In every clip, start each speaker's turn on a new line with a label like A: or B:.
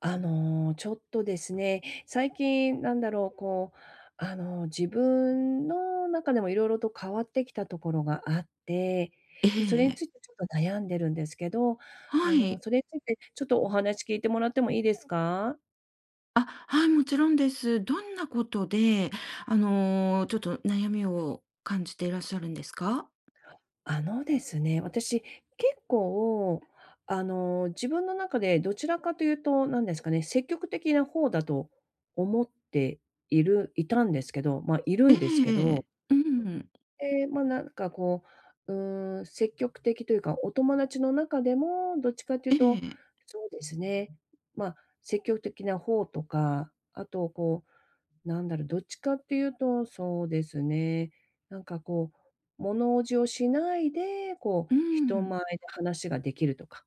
A: ちょっとですね、最近自分の中でもいろいろと変わってきたところがあって、
B: え
A: で、それにつ
B: え、
A: いてちょっと悩んでるんですけど、
B: はい。
A: それについてちょっとお話聞いてもらってもいいですか？
B: あ、はい、もちろんです。どんなことで、ちょっと悩みを感じていらっしゃるんですか？
A: あのですね、私、結構、自分の中でどちらかというと、なんですかね、積極的な方だと思っていたんですけど、ま、あいる
B: え
A: んですけど
B: えうん。
A: で、まあ、なんかこう、うーん、積極的というか、お友達の中でも、どっちかという
B: え
A: と、
B: え。
A: そうですね、ま、あ積極的な方とか、あとこう、なんだろう、どっちかっていうと、そうですね、なんかこう、物おじをしないで、こう、
B: う
A: 人
B: ん。
A: 前で話ができるとか、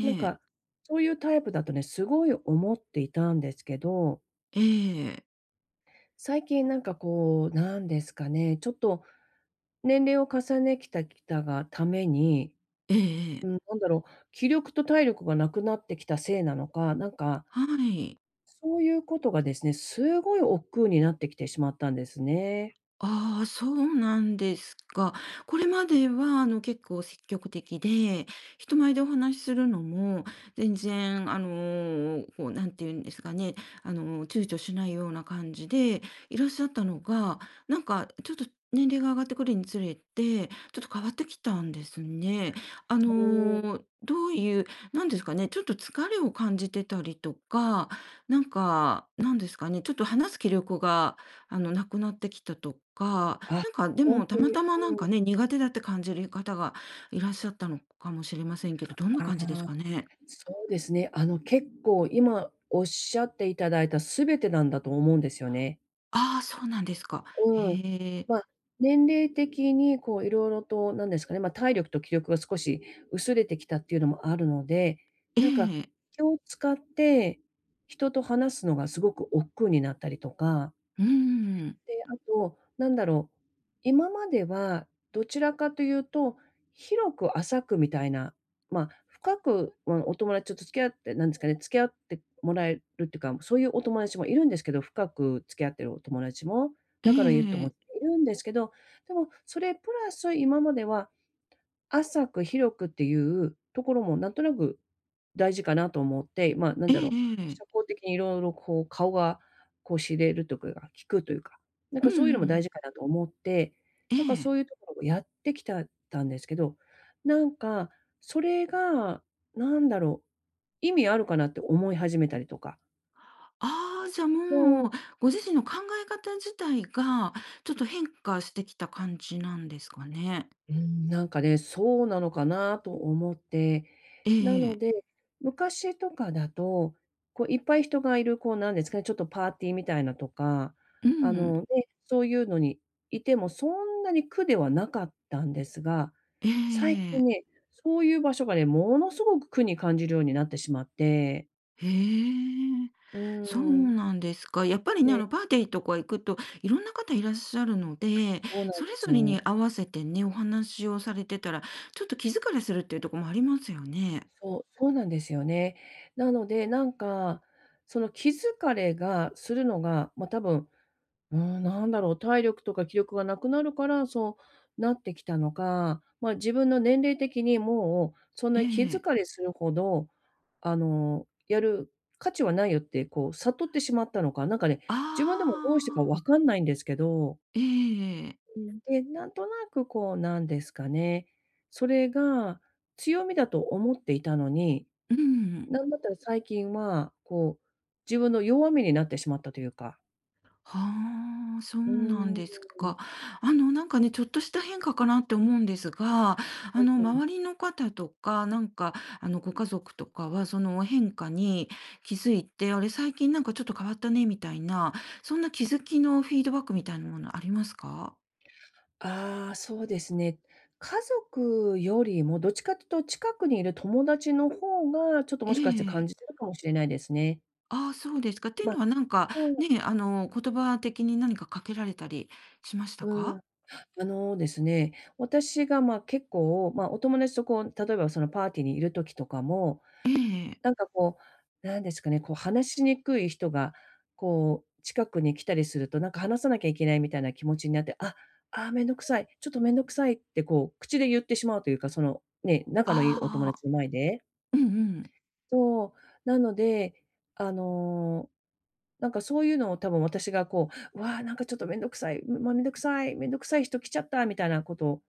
A: なんか、そういうタイプだとね、すごい思っていたんですけど、最近なんかこう、なんですかね、ちょっと年齢を重ねてきたがために、
B: ええええ。
A: う
B: え
A: ん、
B: え
A: なんだろう、気力と体力がなくなってきたせいなのか、なんか、
B: はい。
A: そういうことがですね、すごい億劫になってきてしまったんですね。
B: ああ、そうなんですか。これまでは、結構積極的で、人前でお話しするのも、全然、なんて言うんですかね、躊躇しないような感じでいらっしゃったのが、なんか、ちょっと年齢が上がってくるにつれて、ちょっと変わってきたんですね。
A: おお。
B: どういう、なんですかね、ちょっと疲れを感じてたりとか、なんか、なんですかね、ちょっと話す気力がなくなってきたとか、
A: あ、
B: なんかで
A: ほん
B: も、
A: と
B: た
A: に、
B: またまな
A: う
B: ん
A: ん、
B: かね、苦手だって感じる方がいらっしゃったのかもしれませんけど、どんな
A: あ
B: 感じです
A: あ、
B: かね？
A: そうですね。結構今おっしゃっていただいた全てなんだと思うんですよね。
B: ああ、そうなんですか。へ
A: うん。
B: え。
A: まあ、年齢的にこういろいろとなんですかね、ま、体力と気力が少し薄れてきたっていうのもあるので、
B: え
A: なんか
B: え。
A: 気を使って人と話すのがすごく億劫になったりとか。
B: うーん。
A: で、あと、なんだろう、今まではどちらかというと、広く浅くみたいな、まあ、深く、まあ、お友達と付き合って、なんですかね、付き合ってもらえるっていうか、そういうお友達もいるんですけど、深く付き合ってるお友達も、
B: え
A: 仲のいい友
B: え。
A: 達もいるんですけど、でもそれプラス今までは浅く広くっていうところもなんとなく大事かなと思って、まあ、なん
B: え
A: だろう、社
B: えええ
A: 交的にいろいろこう顔がこう知れるとかが聞くというか、なん
B: うん
A: か
B: う
A: そういうのも大
B: ん。
A: 事かなと思って、
B: え
A: なんか
B: え。
A: そういうところをやってきたんですけど、なんかそれが、なんだろう、意味あるかなって思い始めたりとか。
B: ああ、じゃあ
A: そう、
B: もう、ご自身の考え方自体が、ちょっと変化してきた感じなんですかね？
A: うん、なんかね、そうなのかなと思って。
B: え
A: な
B: え
A: の
B: え
A: で、昔とかだと、こういっぱい人がいる、こうなんですかね、ちょっとパーティーみたいなとか、
B: う
A: あ
B: ん。
A: のね、そういうのにいてもそんなに苦ではなかったんですが、
B: え
A: 最
B: え
A: 近
B: え。
A: ね、そういう場所がね、ものすごく苦に感じるようになってしまって。
B: へえ、
A: うー
B: そう
A: ん、
B: なんですか。やっぱりね、
A: で、
B: パーティーとか行くと、いろんな方いらっしゃるので、
A: そうなん
B: そ
A: で
B: れぞ
A: す。
B: れに合わせてね、お話をされてたら、ちょっと気疲れするっていうところもありますよね。
A: そう、そうなんですよね。なので、なんか、その気疲れがするのが、ま、多分、うーん、なんだろう、体力とか気力がなくなるから、そうなってきたのか、ま、自分の年齢的にもう、そん
B: え
A: なに気
B: え。
A: 疲れするほど、やる価値はないよって、こう悟ってしまったのか、なんかね、
B: あ
A: 自分でもどうしてか
B: あ、
A: 分かんないんですけど、
B: ええ、
A: うん、で、なんとなくこう、なんですかね、それが強みだと思っていたのに、
B: うん。
A: なんだったら最近は、こう、自分の弱みになってしまったというか。
B: はあ、そう
A: うー
B: なん
A: ん、う
B: ですか。なんかね、ちょっとした変化かなって思うんですが、
A: ん。
B: 周りの方とか、なんか、ご家族とかは、その変化に気づいて、あれ、最近なんかちょっと変わったね、みたいな、そんな気づきのフィードバックみたいなものありますか？
A: ああ、そうですね。家族よりもどっちかというと、近くにいる友達の方が、ちょっとも
B: え
A: しかして感
B: え。
A: じてるかもしれないですね。
B: ああ、そうですか。ってい
A: ま
B: う
A: あ、
B: のは、なんか、
A: そう、
B: ね、言葉的に何かかけられたりしました
A: うん。
B: か？
A: あのですね、私が、ま、結構、まあ、お友達とこう、例えばそのパーティーにいる時とかも
B: ええ。
A: なんかこう、なんですかね、こう話しにくい人が、こう近くに来たりすると、なんか話さなきゃいけないみたいな気持ちになって、あ、あ、めんどくさい、ちょっとめんどくさいってこう口で言ってしまうというか、そのね、仲のいいお友
B: ああ、
A: 達の前で。
B: うんうん。
A: そう、なので、あの、なんかそういうのを多分私がこう、わあ、なんかちょっとめんどくさい、まあ、めんどくさい、めんどくさい人来ちゃったみたいなこと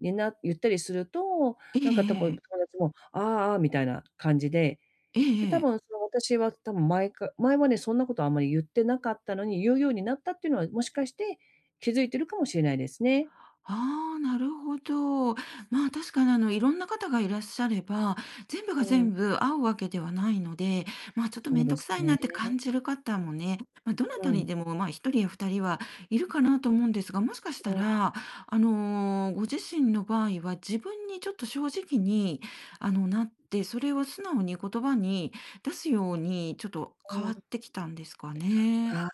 A: にな言ったりすると、
B: え
A: なんかと友
B: え、
A: 達も、あ、ああーみたいな感じで、
B: ええ、
A: で、
B: え
A: 多分
B: え。
A: その私は多分前はね、そんなことあんまり言ってなかったのに、言うようになったっていうのは、もしかして気づいてるかもしれないですね。
B: ああ、なるほど。まあ、確かにいろんな方がいらっしゃれば、全部が
A: う
B: 全
A: ん。
B: 部合うわけではないので、まあ、ちょっと
A: そう
B: 面
A: で
B: 倒く
A: す
B: さいな
A: ね。
B: って感じる方もね、まあ、どな
A: う
B: たに
A: ん。
B: でも、まあ、一人や二人はいるかなと思うんですが、もしかし
A: う
B: た
A: ん
B: ら、ご自身の場合は自分にちょっと正直に、なって、それを素直に言葉に出すように、ちょっと変
A: うん。
B: わってきたんですかね。
A: あ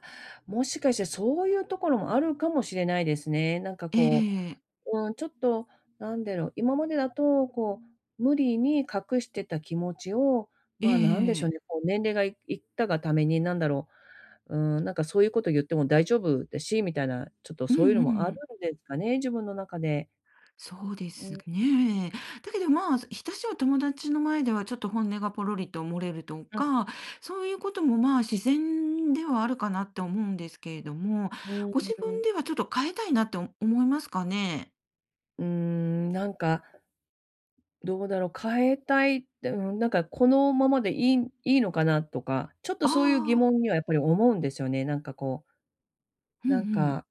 A: あ、もしかしてそういうところもあるかもしれないですね。なんか
B: え
A: こ
B: え、
A: う、うん、ちょっとなんだろう、今までだとこう、無理に隠してた気持ちを、
B: え
A: まあ、なんでしょう
B: え、
A: ね、こう年齢がいったがために、なんだろう、うーん、なんかそういうこと言っても大丈夫だし、みたいな、ちょっと
B: うん
A: そういうの
B: う
A: もある
B: ん。
A: んですかね、自分の中で。
B: そうで
A: う
B: す
A: ん。
B: ね。だけど、まあ、親しいお友達の前ではちょっと本音がポロリと漏れると
A: うん。
B: か、そういうこともまあ自然ではあるかなって思うんですけれども、
A: うん、
B: ご自分ではちょっと変えたいなって思いますかね？
A: ーん、なんか、どうだろう、変えたいって、うん、なんかこのままでいいのかなとか、ちょっとそういう疑
B: ああ
A: 問にはやっぱり思うんですよね。なんかこう、
B: ー、うんう
A: なん
B: ん。
A: か、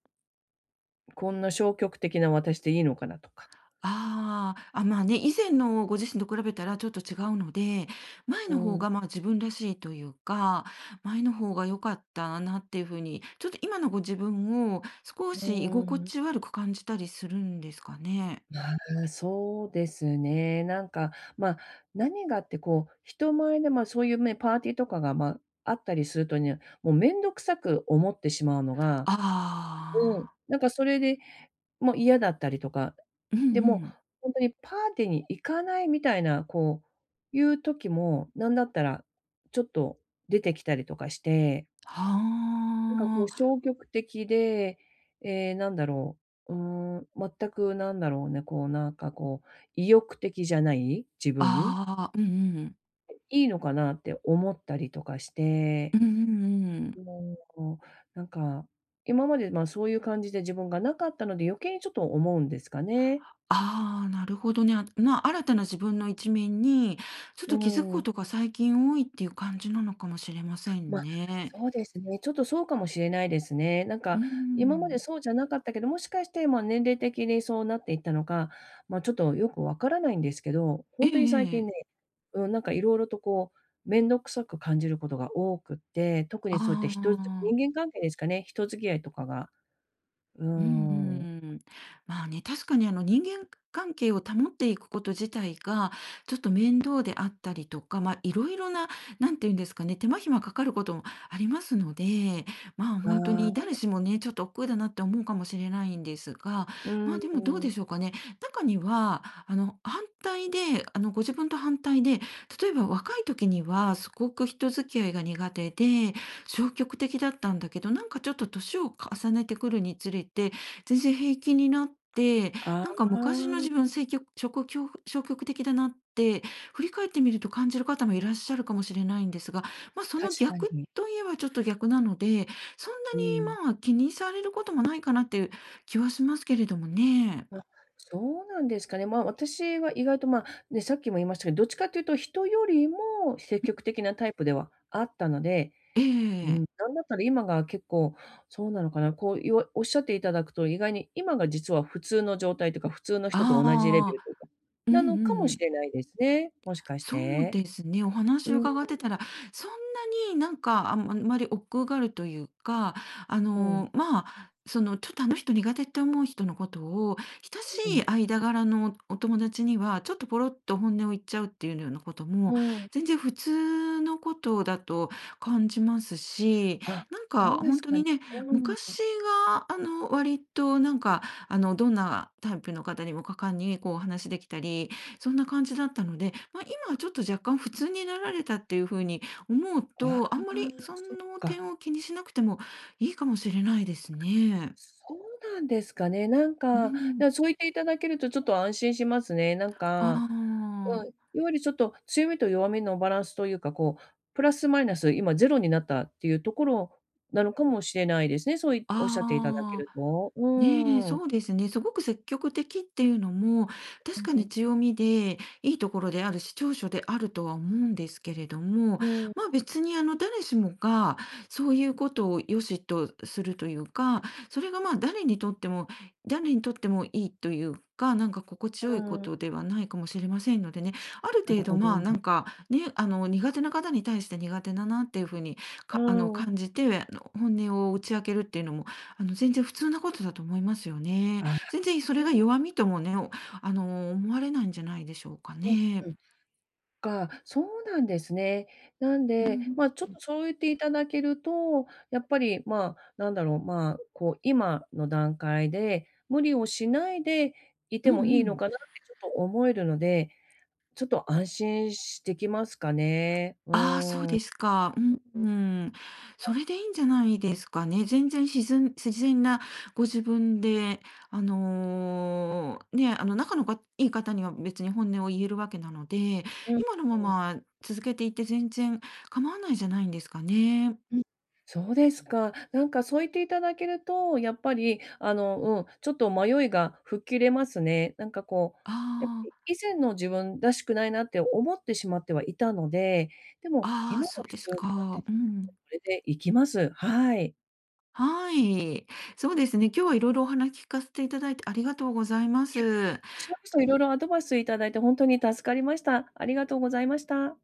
A: こんな消極的な私でいいのかなとか。
B: ああ、あ、まあね、以前のご自身と比べたらちょっと違うので、前
A: う
B: の方
A: ん、
B: が
A: う
B: まあ自分らしいというか、前の方が良かったなっていう風に、ちょっと今のご自分を少
A: ー
B: し居心
A: ん。
B: 地悪く感じたりするんですかね。
A: あ、そうですね。なんか、まあ、何がってこう、人前で、まあ、そういうね、パーティーとかが、まあ、あったりするとね、もうめんどくさく思ってしまうのが、
B: あ
A: うん、
B: あ、
A: なんかそれで、もう嫌だったりとか、
B: うんう
A: で、も、
B: ん。
A: ほんとにパーティーに行かないみたいな、こう、いう時も、なんだったら、ちょっと出てきたりとかして、なんかこ
B: は
A: う
B: あ、
A: 消極的で、ええ、なんだろう、うーん、全くなんだろうね、こうなんかこう、意欲的じゃない自分、
B: ああ、うんうん。
A: いいのかなって思ったりとかして、
B: うんうんうん。
A: もう、なんか、今まで、ま、そういう感じで自分がなかったので、余計にちょっと思うんですかね。
B: ああ、なるほどね。あまあ、新たな自分の一面に、ちょっ
A: う
B: と気づくこ
A: ん。
B: とが最近多いっていう感じなのかもしれません
A: ま、
B: ね。
A: そうですね。ちょっとそうかもしれないですね。なん
B: う
A: か、
B: ー
A: 今まで
B: ん。
A: そうじゃなかったけど、もしかして、ま、年齢的にそうなっていったのか、ま、ちょっとよくわからないんですけど、ほ
B: ええ
A: んとに最
B: え
A: 近
B: え。
A: ね、うん、なんか色々とこう、面倒くさく感じることが多くって、特
B: あ
A: にそういった
B: あ。
A: 人間関係ですかね、人付き合いとかが、うー
B: うんうんう
A: ん、
B: ん。まあね、確かに人間関係を保っていくこと自体が、ちょっと面倒であったりとか、ま、いろいろな、なんていうんですかね、手間暇かかることもありますので、まあ、ほんと
A: あ
B: に
A: あ、
B: 誰しもね、ちょっと億劫だなって思うかもしれないんですが、
A: うー
B: ま、でもどうで
A: ん、
B: しょうかね。中には、反対で、ご自分と反対で、例えば若い時にはすごく人付き合いが苦手で、消極的だったんだけど、なんかちょっと年を重ねてくるにつれて、全然平気になって、
A: あ
B: なん
A: あ、
B: か昔の自分、せいきょ消極消極的だなって、振り返ってみると感じる方もいらっしゃるかもしれないんですが、ま、そ
A: 確
B: の
A: か
B: 逆
A: に。
B: といえばちょっと逆なので、そん
A: うん。
B: なに、まあ、気にされることもないかなっていう気はしますけれどもね。
A: あ、そうなんですかね。まあ、私は意外と、まあ、ね、さっきも言いましたけど、どっちかというと人よりも積極的なタイプではあったので、
B: え
A: う
B: え。
A: ん、なんだったら今が結構そうなのかな、こう、おっしゃっていただくと、意外に今が実は普通の状態というか、普通の人と同じレベ
B: あ
A: ル
B: あ、
A: というか、
B: うんう
A: なのか
B: ん
A: も
B: う
A: し
B: ん。
A: れないですね、もしかし
B: そう
A: て。
B: ですね、お話
A: う
B: を
A: ん、
B: 伺ってたら、そんなになんか、あんまり億劫があるというか、
A: うん、
B: ちょっとあの人苦手って思う人のことを、親
A: う
B: しい
A: ん、
B: 間柄のお友達には、ちょっとポロッと本音を言っちゃうっていうようなこと
A: う
B: も、
A: ん。
B: 全然普通のことだと感じますし、
A: あ、
B: なん
A: そう
B: か
A: で
B: 本
A: す
B: 当
A: かね。
B: にね、
A: うん。
B: 昔が割となんか、どんなタイプの方にも果敢にお話しできたりそんな感じだったので、まあ、今はちょっと若干普通になられたっていうふうに思う
A: あ
B: と、あんまり
A: あ、
B: そ
A: そっ
B: の
A: か。
B: 点を気にしなくてもいいかもしれないですね。
A: そうなんですかね。なん
B: う
A: か、
B: ん。
A: そう言っていただけるとちょっと安心しますね。なん
B: あ
A: か、うん、
B: あ、
A: いわゆるちょっと強みと弱みのバランスというか、こう、プラスマイナス、今ゼロになったっていうところなのかもしれないですね。そういおっしゃっていただけ
B: あ
A: る
B: あ。
A: と。う
B: ねえ、
A: ん。
B: そうですね。すごく積極的っていうのも、
A: う
B: 確
A: ん
B: か
A: う
B: に
A: ん。
B: 強みで、いいところであるし、長所であるとは思うんですけれども、
A: う
B: まあ別に誰しもがそういうことを良しとするというか、それがまあ誰にとってもいいというか、なんか心地よいこ
A: んうん。
B: とではないかもしれませんのでね、ある
A: なる
B: 程度
A: ほど。
B: まあなんかね、苦手な方に対して苦手だなっていうふうに
A: う
B: か、
A: ん。
B: 感じて、本音を打ち明けるっていうのも全然普通なことだと思いますよね。
A: ああ。
B: 全然それが
A: う
B: 弱みともね、おあの、思われないんじゃないでしょうか
A: んうん。
B: ね。
A: か、そうなんですね。なん
B: う
A: で、
B: ん。
A: まあ、ちょっとそう言っていただけると、やっぱり、まあ、なんだろう、まあ、こう、今の段階で、無理をしないでい
B: う
A: て
B: んう
A: もいいの
B: ん。
A: かなってちょっと思えるので、ちょっと安心できますかね。う
B: ああ、そう
A: ー
B: で
A: ん。
B: すか。うんうん。それでいいんじゃないですかね。全然自然なご自分で、仲のがいい方には別に本音を言えるわけなので、
A: うん。
B: 今のまま続けていって全然構わないじゃないんですかね。
A: うん、そうですか。なんかそう言っていただけると、やっぱり、うん、ちょっと迷いが吹っ切れますね。なんかこう、やっぱ
B: あ
A: り以前の自分らしくないなって思ってしまってはいたので、でも
B: あ、ああ、
A: 今が
B: そう
A: 普
B: です
A: 通になったら
B: か。
A: こ
B: うん。
A: れでいきます。はい。
B: はい。そうですね。今日はいろいろお話聞かせていただいてありがとうございます。
A: こちらこそいろいろアドバイスいただいて本当に助かりました。ありがとうございました。